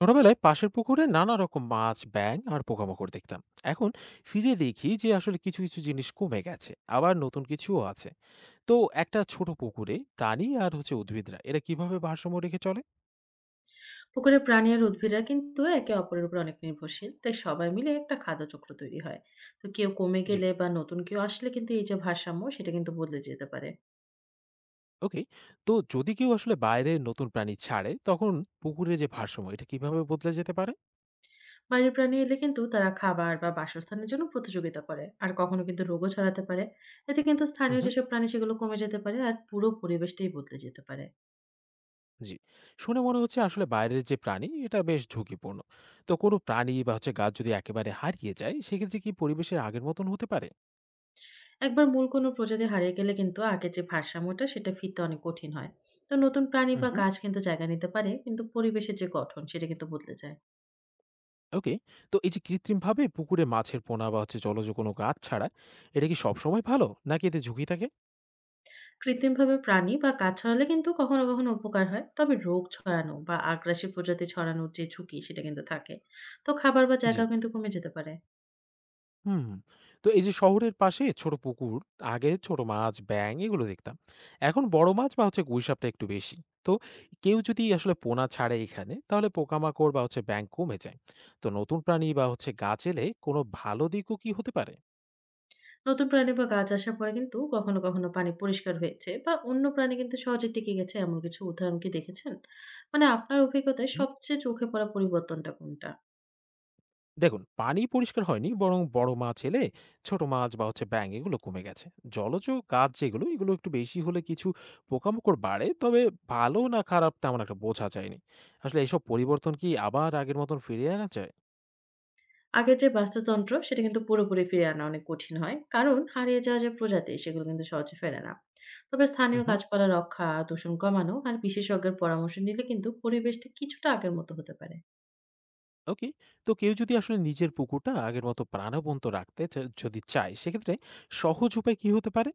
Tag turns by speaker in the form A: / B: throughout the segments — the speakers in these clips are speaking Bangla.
A: ছোটবেলায় পাশের পুকুরে নানা রকম মাছ ব্যাঙ আর পোকামাকড় দেখতাম এখন ফিরে দেখি যে আসলে কিছু কিছু জিনিস কমে গেছে আবার নতুন কিছুও আছে তো একটা ছোট পুকুরে প্রাণী আর হচ্ছে উদ্ভিদরা এরা কিভাবে ভারসাম্য রেখে চলে।
B: পুকুরে প্রাণী আর উদ্ভিদরা কিন্তু একে অপরের উপর অনেক নির্ভরশীল, তাই সবাই মিলে একটা খাদ্য চক্র তৈরি হয়। তো কেউ কমে
A: জি।
B: গেলে বা নতুন কেউ আসলে কিন্তু এই যে ভারসাম্য, সেটা কিন্তু বদলে যেতে পারে।
A: ওকে। তো যদি কেউ আসলে বাইরে নতুন প্রাণী ছাড়ে তখন পুকুরের যে ভারসাম্য এটা কিভাবে বদলে যেতে পারে।
B: বাইরের প্রাণী এলে কিন্তু তারা খাবার বা বাসস্থানের জন্য প্রতিযোগিতা করে, আর কখনো কিন্তু রোগও ছড়াতে পারে। এতে কিন্তু স্থানীয়
A: হুম।
B: যেসব প্রাণী সেগুলো কমে যেতে পারে আর পুরো পরিবেশটাই বদলে যেতে পারে।
A: জি। শুনে মনে হচ্ছে আসলে বাইরের যে প্রাণী এটা বেশ ঝুঁকিপূর্ণ। তো কোনো প্রাণী বা হচ্ছে গাছ যদি একেবারে হারিয়ে যায় সেক্ষেত্রে কি পরিবেশের আগের মতন হতে পারে।
B: একবার মূল কোনো প্রজাতি হারিয়ে গেলে কিন্তু আগের যে ভারসাম্যটা সেটা ফিরতে অনেক কঠিন হয়। তো নতুন প্রাণী বা গাছ কিন্তু জায়গা নিতে পারে, কিন্তু পরিবেশের যে গঠন সেটা কিন্তু বদলে যায়।
A: ওকে। তো এই যে কৃত্রিমভাবে পুকুরে মাছের পোনা বা হচ্ছে জলজ কোনো গাছ ছাড়া, এটা কি সবসময় ভালো? নাকি এতে ঝুঁকি থাকে?
B: কৃত্রিমভাবে প্রাণী বা গাছ ছড়ালে কিন্তু কখনো কখনো উপকার হয়, তবে রোগ ছড়ানো বা আগ্রাসী প্রজাতি ছড়ানোর যে ঝুঁকি সেটা কিন্তু থাকে। তো খাবার বা
A: জি।
B: জায়গা কিন্তু কমে যেতে পারে।
A: হুম। তো এই যে শহরের পাশে ছোট পুকুর, আগে ছোট মাছ, ব্যাঙ এগুলো দেখতাম। এখন বড় মাছ বা হচ্ছে গুইসাপটা একটু বেশি। তো কেউ যদি আসলে পোনা ছাড়ে এখানে, তাহলে পোকামাকড় বা হচ্ছে ব্যাঙ কমে যায়। তো নতুন প্রাণী বা হচ্ছে গাছ এলে কোনো ভালো দিকও কি হতে পারে?
B: নতুন প্রাণী বা গাছ আসার পরে কিন্তু কখনো কখনো পানি পরিষ্কার হয়েছে বা অন্য প্রাণী কিন্তু সহজে টিকে গেছে, এমন কিছু উদাহরণ কি দেখেছেন? মানে আপনার অভিজ্ঞতায় সবচেয়ে চোখে পড়া পরিবর্তনটা কোনটা?
A: দেখুন পানি পরিষ্কার হয়নি বরং বড় মাছ এলে ছোট মাছ বা হচ্ছে ব্যাঙ এগুলো কমে গেছে। জলজ গাছ যেগুলো এগুলো একটু বেশি হলে কিছু পোকামাকড় বাড়ে, তবে ভালো না খারাপ তেমন একটা বোঝা যায়নি। আসলে এসব পরিবর্তন কি আবার আগের মতন ফিরিয়ে আনা যায়?
B: আগের যে বাস্তুতন্ত্র সেটা কিন্তু পুরোপুরি ফিরিয়ে আনা অনেক কঠিন হয়, কারণ হারিয়ে যাওয়া যে প্রজাতি সেগুলো কিন্তু সহজে ফেরে না। তবে স্থানীয়
A: হুম।
B: গাছপালা রক্ষা, দূষণ কমানো আর বিশেষজ্ঞের পরামর্শ নিলে কিন্তু পরিবেশটা কিছুটা আগের মতো হতে পারে।
A: ওকে। তো কেউ যদি আসলে নিজের পুকুরটা আগের মতো প্রাণবন্ত রাখতে যদি চায় সেক্ষেত্রে সহজ উপায় কি হতে পারে?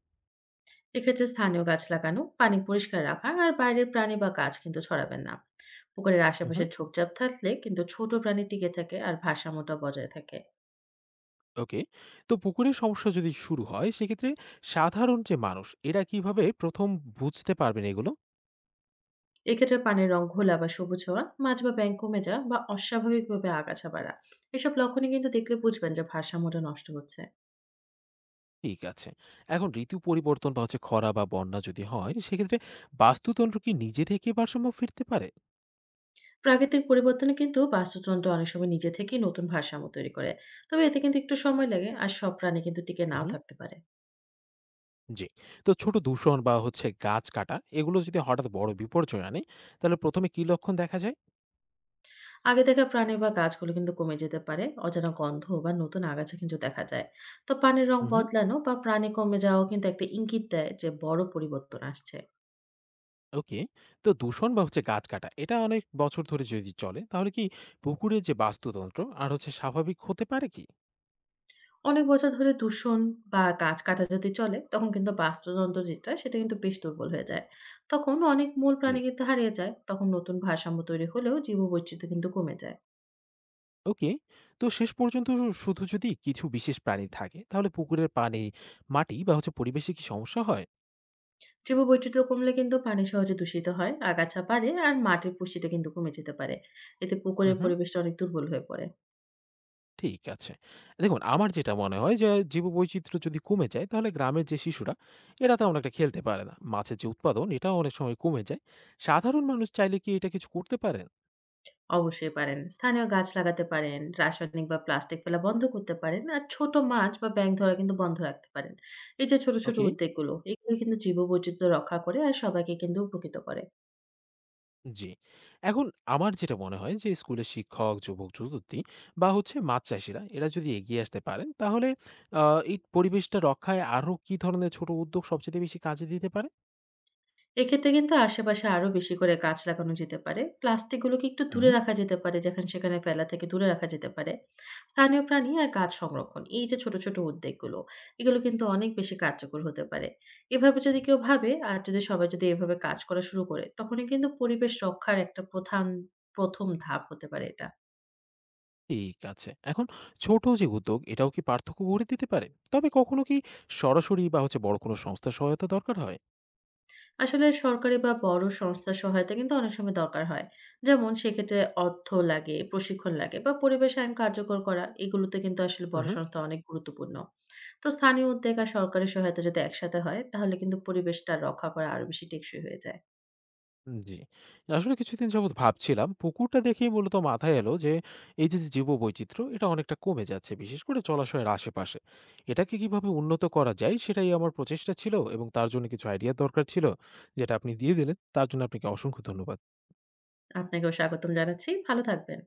B: এক্ষেত্রে স্থানীয় গাছ লাগানো, পানি পরিষ্কার রাখা আর বাইরের প্রাণী বা গাছ কিন্তু ছড়াবেন না। পুকুরের আশেপাশে
A: হুম।
B: ঝোপঝাপ থাকলে কিন্তু ছোট প্রাণী টিকে থাকে আর ভারসাম্যটা বজায় থাকে।
A: ওকে। তো পুকুরের সমস্যা যদি শুরু হয় সেক্ষেত্রে সাধারণ যে মানুষ এরা কিভাবে প্রথম বুঝতে পারবেন এগুলো?
B: এক্ষেত্রে পানির রং ঘোলা বা সবুজ হওয়া, মাছ বা ব্যাঙ কমে যাওয়া বা অস্বাভাবিকভাবে আগাছা বাড়া। এসব লক্ষণে কিন্তু দেখলে বুঝবেন যে ভারসাম্যটা নষ্ট হচ্ছে।
A: ঠিক আছে। এখন ঋতু পরিবর্তন বা হচ্ছে খরা বা বন্যা যদি হয়, সেক্ষেত্রে বাস্তুতন্ত্র কি নিজে থেকে ভারসাম্য ফিরতে পারে?
B: প্রাকৃতিক পরিবর্তনে কিন্তু বাস্তুতন্ত্র অনেক সময় নিজে থেকেই নতুন ভারসাম্য তৈরি করে। তবে এতে কিন্তু একটু সময় লাগে আর সব প্রাণী কিন্তু টিকে নাও
A: উহুম।
B: থাকতে পারে।
A: জি। তো ছোট দূষণ বা হচ্ছে গাছ কাটা এগুলো যদি হঠাৎ বড় বিপর্যয় আনে, তাহলে ১ম এ কি লক্ষণ দেখা যায়?
B: আগে দেখা প্রাণী বা গাছগুলো কিন্তু কমে যেতে পারে, অজানা গন্ধ বা নতুন আগাছা কিন্তু দেখা যায়। তো পানির রং
A: উহুম।
B: বদলানো বা প্রাণী কমে যাওয়াও কিন্তু একটা ইঙ্গিত দেয় যে বড় পরিবর্তন আসছে।
A: ওকে। তো দূষণ বা হচ্ছে গাছ কাটা এটা অনেক বছর ধরে যদি চলে, তাহলে কি পুকুরের যে বাস্তুতন্ত্র আর হচ্ছে স্বাভাবিক হতে পারে কি?
B: অনেক বছর ধরে দূষণ বা গাছ কাটা যদি চলে, তখন কিন্তু বাস্তুতন্ত্র যেটা সেটা কিন্তু বেশ দুর্বল হয়ে যায়। তখন অনেক মূল
A: জি।
B: প্রাণী কিন্তু হারিয়ে যায়, তখন নতুন ভারসাম্য তৈরি হলেও জীববৈচিত্র্য কিন্তু কমে যায়।
A: ওকে। তো শেষ পর্যন্ত শুধু যদি কিছু বিশেষ প্রাণী থাকে, তাহলে পুকুরের পানি, মাটি বা হচ্ছে পরিবেশে কি সমস্যা হয়?
B: জীববৈচিত্র্য কমলে কিন্তু পানি সহজে দূষিত হয়, আগাছা বাড়ে আর মাটির পুষ্টিটা কিন্তু কমে যেতে পারে। এতে পুকুরের
A: উহুম।
B: পরিবেশটা অনেক দুর্বল হয়ে পড়ে।
A: ঠিক আছে। দেখুন আমার যেটা মনে হয় যে জীববৈচিত্র্য যদি কমে যায় তাহলে গ্রামের যে শিশুরা এরা তেমন একটা খেলতে পারে না। মাছের যে উৎপাদন এটাও অনেক সময় কমে যায়। সাধারণ মানুষ চাইলে কি এটা কিছু করতে পারেন?
B: অবশ্যই পারেন। স্থানীয় গাছ লাগাতে পারেন, রাসায়নিক বা প্লাস্টিক ফেলা বন্ধ করতে পারেন। আর ছোট মাছ বা ব্যাঙ ধরা কিন্তু বন্ধ রাখতে পারেন। এই যে ছোট, ছোট
A: ওকে,
B: উদ্যোগগুলো, এগুলো কিন্তু জীববৈচিত্র্য রক্ষা করে আর সবাইকে কিন্তু উপকৃত করে।
A: জি। এখন আমার যেটা মনে হয় যে স্কুলের শিক্ষক, যুবক-যুবতী বা হচ্ছে মাছ চাষীরা এরা যদি এগিয়ে আসতে পারেন তাহলে আ এই পরিবেশটা রক্ষায় আরো কি ধরনের ছোট উদ্যোগ সবচাইতে বেশি কাজে দিতে পারে?
B: এক্ষেত্রে কিন্তু আশেপাশে আরো বেশি করে গাছ লাগানো যেতে পারে। প্লাস্টিকগুলোকে একটু দূরে
A: হুম।
B: রাখা যেতে পারে, যেখানে সেখানে ফেলা থেকে দূরে রাখা যেতে পারে। স্থানীয় প্রাণী আর গাছ সংরক্ষণ, এই যে ছোট, ছোট উদ্যোগগুলো, এগুলো কিন্তু অনেক বেশি কার্যকর হতে পারে। এভাবে যদি কেউ ভাবে আর যদি সবাই যদি এভাবে কাজ করা শুরু করে, তখনই কিন্তু পরিবেশ রক্ষার একটা প্রথান ১ম ধাপ হতে পারে এটা।
A: ঠিক আছে। এখন ছোট যে উদ্যোগ এটাও কি পার্থক্য গড়ে দিতে পারে? তবে কখনো কি সরাসরি বা হচ্ছে বড় কোনো সংস্থার সহায়তা দরকার হয়?
B: আসলে সরকারি বা বড় সংস্থার সহায়তা কিন্তু অনেক সময় দরকার হয়। যেমন সেক্ষেত্রে অর্থ লাগে, প্রশিক্ষণ লাগে বা পরিবেশ আইন কার্যকর করা, এগুলোতে কিন্তু আসলে বড়
A: উহু।
B: সংস্থা অনেক গুরুত্বপূর্ণ। তো স্থানীয় উদ্যোগ আর সরকারি সহায়তা যদি একসাথে হয় তাহলে কিন্তু পরিবেশটা রক্ষা করা আরো বেশি টেকসই হয়ে যায়।
A: জি। আসলে কিছুদিন যাবৎ ভাবছিলাম পুকুরটা দেখেই মূলত মাথায় এলো যে এই যে, যে জীববৈচিত্র্য এটা অনেকটা কমে যাচ্ছে বিশেষ করে জলাশয়ের আশেপাশে। এটাকে কিভাবে উন্নত করা যায় সেটাই আমার প্রচেষ্টা ছিল এবং তার জন্য কিছু আইডিয়া দরকার ছিল যেটা আপনি দিয়ে দিলেন। তার জন্য আপনাকে অসংখ্য ধন্যবাদ।
B: আপনাকেও স্বাগতম জানাচ্ছি। ভালো থাকবেন।